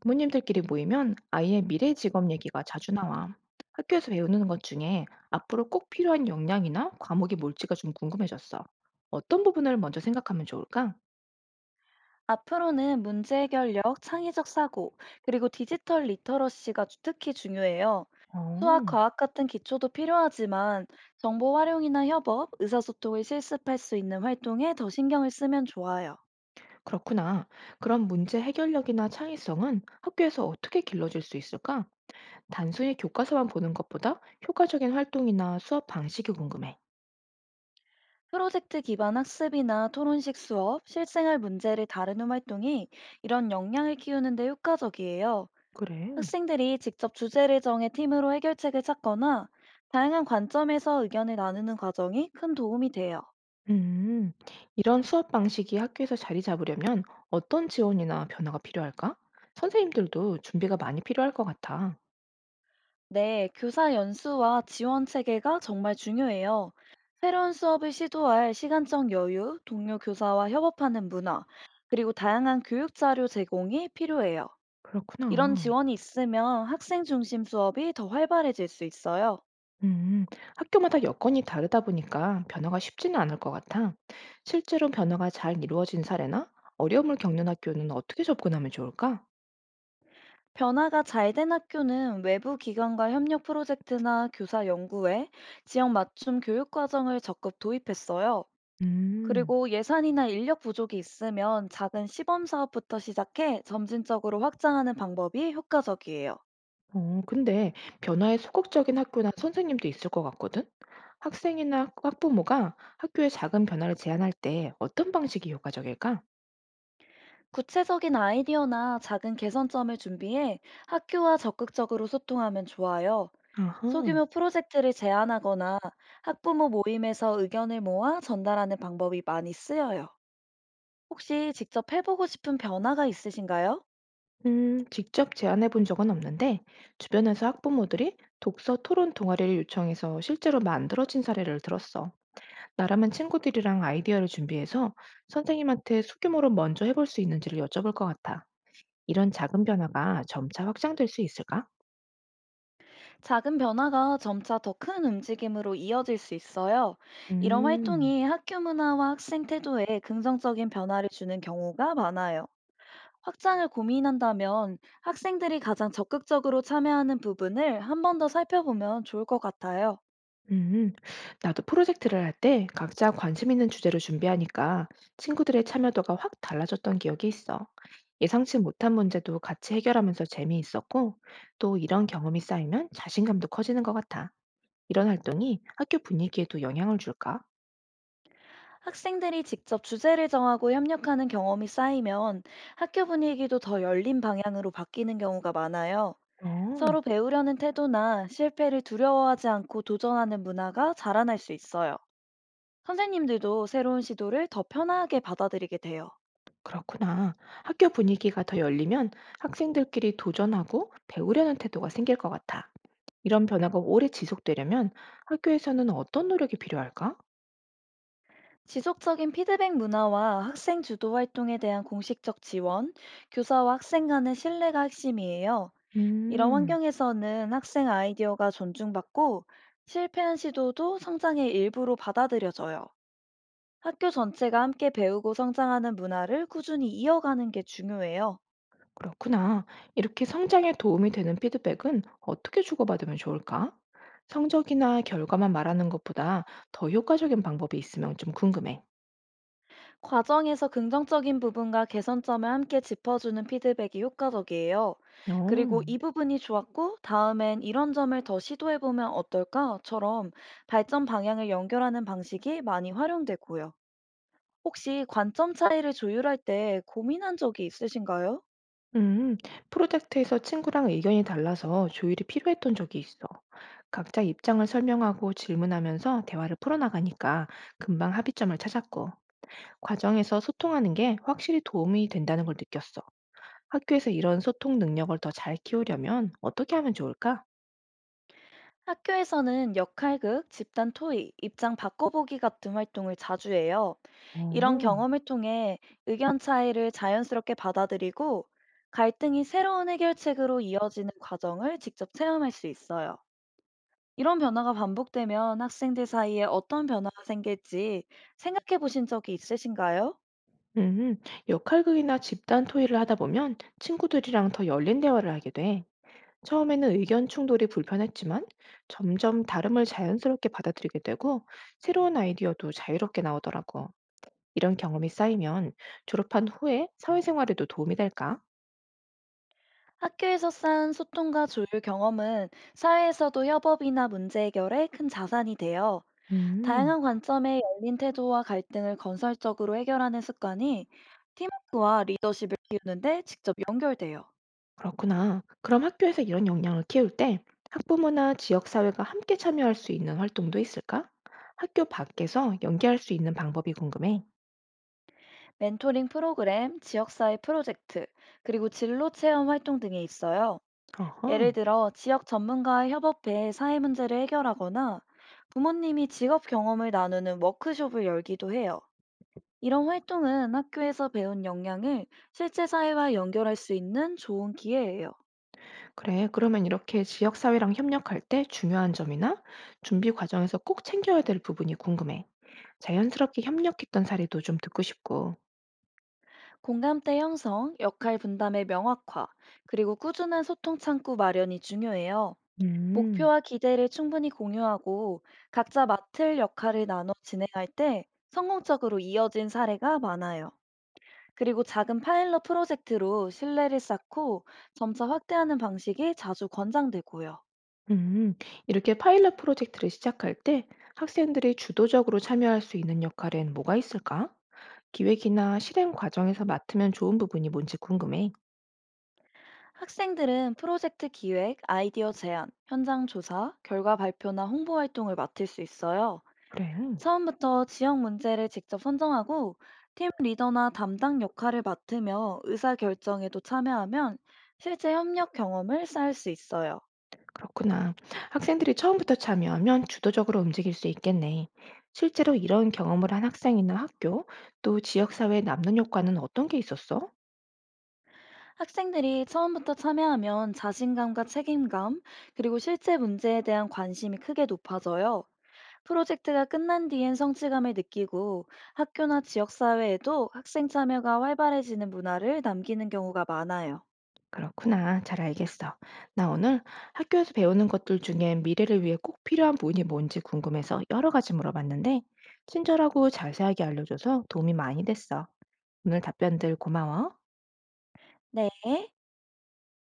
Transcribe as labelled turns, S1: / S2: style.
S1: 부모님들끼리 모이면 아이의 미래 직업 얘기가 자주 나와. 학교에서 배우는 것 중에 앞으로 꼭 필요한 역량이나 과목이 뭘지가 좀 궁금해졌어. 어떤 부분을 먼저 생각하면 좋을까?
S2: 앞으로는 문제 해결력, 창의적 사고, 그리고 디지털 리터러시가 특히 중요해요. 수학,
S1: 어,
S2: 과학 같은 기초도 필요하지만 정보 활용이나 협업, 의사소통을 실습할 수 있는 활동에 더 신경을 쓰면 좋아요.
S1: 그렇구나. 그럼 문제 해결력이나 창의성은 학교에서 어떻게 길러질 수 있을까? 단순히 교과서만 보는 것보다 효과적인 활동이나 수업 방식이 궁금해.
S2: 프로젝트 기반 학습이나 토론식 수업, 실생활 문제를 다루는 활동이 이런 역량을 키우는 데 효과적이에요.
S1: 그래.
S2: 학생들이 직접 주제를 정해 팀으로 해결책을 찾거나 다양한 관점에서 의견을 나누는 과정이 큰 도움이 돼요.
S1: 음, 이런 수업 방식이 학교에서 자리 잡으려면 어떤 지원이나 변화가 필요할까? 선생님들도 준비가 많이 필요할 것 같아.
S2: 네, 교사 연수와 지원 체계가 정말 중요해요. 새로운 수업을 시도할 시간적 여유, 동료 교사와 협업하는 문화, 그리고 다양한 교육 자료 제공이 필요해요. 이런
S1: 그렇구나.
S2: 지원이 있으면 학생 중심 수업이 더 활발해질 수 있어요.
S1: 음, 학교마다 여건이 다르다 보니까 변화가 쉽지는 않을 것 같아. 실제로 변화가 잘 이루어진 사례나 어려움을 겪는 학교는 어떻게 접근하면 좋을까?
S2: 변화가 잘 된 학교는 외부 기관과 협력 프로젝트나 교사 연구회, 지역 맞춤 교육 과정을 적극 도입했어요.
S1: 음,
S2: 그리고 예산이나 인력 부족이 있으면 작은 시범 사업부터 시작해 점진적으로 확장하는 방법이 효과적이에요.
S1: 어, 근데 변화에 소극적인 학교나 선생님도 있을 것 같거든? 학생이나 학부모가 학교의 작은 변화를 제안할 때 어떤 방식이 효과적일까?
S2: 구체적인 아이디어나 작은 개선점을 준비해 학교와 적극적으로 소통하면 좋아요.
S1: 아하.
S2: 소규모 프로젝트를 제안하거나 학부모 모임에서 의견을 모아 전달하는 방법이 많이 쓰여요. 혹시 직접 해보고 싶은 변화가 있으신가요?
S1: 직접 제안해 본 적은 없는데, 주변에서 학부모들이 독서 토론 동아리를 요청해서 실제로 만들어진 사례를 들었어. 나라면 친구들이랑 아이디어를 준비해서 선생님한테 소규모로 먼저 해볼 수 있는지를 여쭤볼 것 같아. 이런 작은 변화가 점차 확장될 수 있을까?
S2: 작은 변화가 점차 더 큰 움직임으로 이어질 수 있어요. 이런
S1: 음.
S2: 활동이 학교 문화와 학생 태도에 긍정적인 변화를 주는 경우가 많아요. 확장을 고민한다면 학생들이 가장 적극적으로 참여하는 부분을 한 번 더 살펴보면 좋을 것 같아요.
S1: 음, 나도 프로젝트를 할 때 각자 관심 있는 주제를 준비하니까 친구들의 참여도가 확 달라졌던 기억이 있어. 예상치 못한 문제도 같이 해결하면서 재미있었고, 또 이런 경험이 쌓이면 자신감도 커지는 것 같아. 이런 활동이 학교 분위기에도 영향을 줄까?
S2: 학생들이 직접 주제를 정하고 협력하는 경험이 쌓이면 학교 분위기도 더 열린 방향으로 바뀌는 경우가 많아요.
S1: 어,
S2: 서로 배우려는 태도나 실패를 두려워하지 않고 도전하는 문화가 자라날 수 있어요. 선생님들도 새로운 시도를 더 편하게 받아들이게 돼요.
S1: 그렇구나. 학교 분위기가 더 열리면 학생들끼리 도전하고 배우려는 태도가 생길 것 같아. 이런 변화가 오래 지속되려면 학교에서는 어떤 노력이 필요할까?
S2: 지속적인 피드백 문화와 학생 주도 활동에 대한 공식적 지원, 교사와 학생 간의 신뢰가 핵심이에요. 이런
S1: 음.
S2: 환경에서는 학생 아이디어가 존중받고 실패한 시도도 성장의 일부로 받아들여져요. 학교 전체가 함께 배우고 성장하는 문화를 꾸준히 이어가는 게 중요해요.
S1: 그렇구나. 이렇게 성장에 도움이 되는 피드백은 어떻게 주고받으면 좋을까? 성적이나 결과만 말하는 것보다 더 효과적인 방법이 있으면 좀 궁금해.
S2: 과정에서 긍정적인 부분과 개선점을 함께 짚어주는 피드백이 효과적이에요.
S1: 어.
S2: 그리고 이 부분이 좋았고, 다음엔 이런 점을 더 시도해보면 어떨까?처럼 발전 방향을 연결하는 방식이 많이 활용되고요. 혹시 관점 차이를 조율할 때 고민한 적이 있으신가요?
S1: 음, 프로젝트에서 친구랑 의견이 달라서 조율이 필요했던 적이 있어. 각자 입장을 설명하고 질문하면서 대화를 풀어나가니까 금방 합의점을 찾았고, 과정에서 소통하는 게 확실히 도움이 된다는 걸 느꼈어. 학교에서 이런 소통 능력을 더 잘 키우려면 어떻게 하면 좋을까?
S2: 학교에서는 역할극, 집단 토의, 입장 바꿔보기 같은 활동을 자주 해요. 이런
S1: 어.
S2: 경험을 통해 의견 차이를 자연스럽게 받아들이고 갈등이 새로운 해결책으로 이어지는 과정을 직접 체험할 수 있어요. 이런 변화가 반복되면 학생들 사이에 어떤 변화가 생길지 생각해 보신 적이 있으신가요?
S1: 음, 역할극이나 집단 토의를 하다 보면 친구들이랑 더 열린 대화를 하게 돼. 처음에는 의견 충돌이 불편했지만 점점 다름을 자연스럽게 받아들이게 되고 새로운 아이디어도 자유롭게 나오더라고. 이런 경험이 쌓이면 졸업한 후에 사회생활에도 도움이 될까?
S2: 학교에서 쌓은 소통과 조율 경험은 사회에서도 협업이나 문제 해결에 큰 자산이 돼요.
S1: 음,
S2: 다양한 관점의 열린 태도와 갈등을 건설적으로 해결하는 습관이 팀워크와 리더십을 키우는데 직접 연결돼요.
S1: 그렇구나. 그럼 학교에서 이런 역량을 키울 때 학부모나 지역사회가 함께 참여할 수 있는 활동도 있을까? 학교 밖에서 연계할 수 있는 방법이 궁금해.
S2: 멘토링 프로그램, 지역사회 프로젝트, 그리고 진로 체험 활동 등에 있어요.
S1: 어허.
S2: 예를 들어 지역 전문가와 협업해 사회 문제를 해결하거나 부모님이 직업 경험을 나누는 워크숍을 열기도 해요. 이런 활동은 학교에서 배운 역량을 실제 사회와 연결할 수 있는 좋은 기회예요.
S1: 그래, 그러면 이렇게 지역사회랑 협력할 때 중요한 점이나 준비 과정에서 꼭 챙겨야 될 부분이 궁금해. 자연스럽게 협력했던 사례도 좀 듣고 싶고.
S2: 공감대 형성, 역할 분담의 명확화, 그리고 꾸준한 소통 창구 마련이 중요해요.
S1: 음,
S2: 목표와 기대를 충분히 공유하고 각자 맡을 역할을 나눠 진행할 때 성공적으로 이어진 사례가 많아요. 그리고 작은 파일럿 프로젝트로 신뢰를 쌓고 점차 확대하는 방식이 자주 권장되고요.
S1: 음. 이렇게 파일럿 프로젝트를 시작할 때 학생들이 주도적으로 참여할 수 있는 역할엔 뭐가 있을까? 기획이나 실행 과정에서 맡으면 좋은 부분이 뭔지 궁금해.
S2: 학생들은 프로젝트 기획, 아이디어 제안, 현장 조사, 결과 발표나 홍보 활동을 맡을 수 있어요.
S1: 그래.
S2: 처음부터 지역 문제를 직접 선정하고 팀 리더나 담당 역할을 맡으며 의사 결정에도 참여하면 실제 협력 경험을 쌓을 수 있어요.
S1: 그렇구나. 학생들이 처음부터 참여하면 주도적으로 움직일 수 있겠네. 실제로 이런 경험을 한 학생이나 학교, 또 지역사회에 남는 효과는 어떤 게 있었어?
S2: 학생들이 처음부터 참여하면 자신감과 책임감, 그리고 실제 문제에 대한 관심이 크게 높아져요. 프로젝트가 끝난 뒤엔 성취감을 느끼고 학교나 지역사회에도 학생 참여가 활발해지는 문화를 남기는 경우가 많아요.
S1: 그렇구나. 잘 알겠어. 나 오늘 학교에서 배우는 것들 중에 미래를 위해 꼭 필요한 부분이 뭔지 궁금해서 여러 가지 물어봤는데, 친절하고 자세하게 알려줘서 도움이 많이 됐어. 오늘 답변들 고마워.
S2: 네.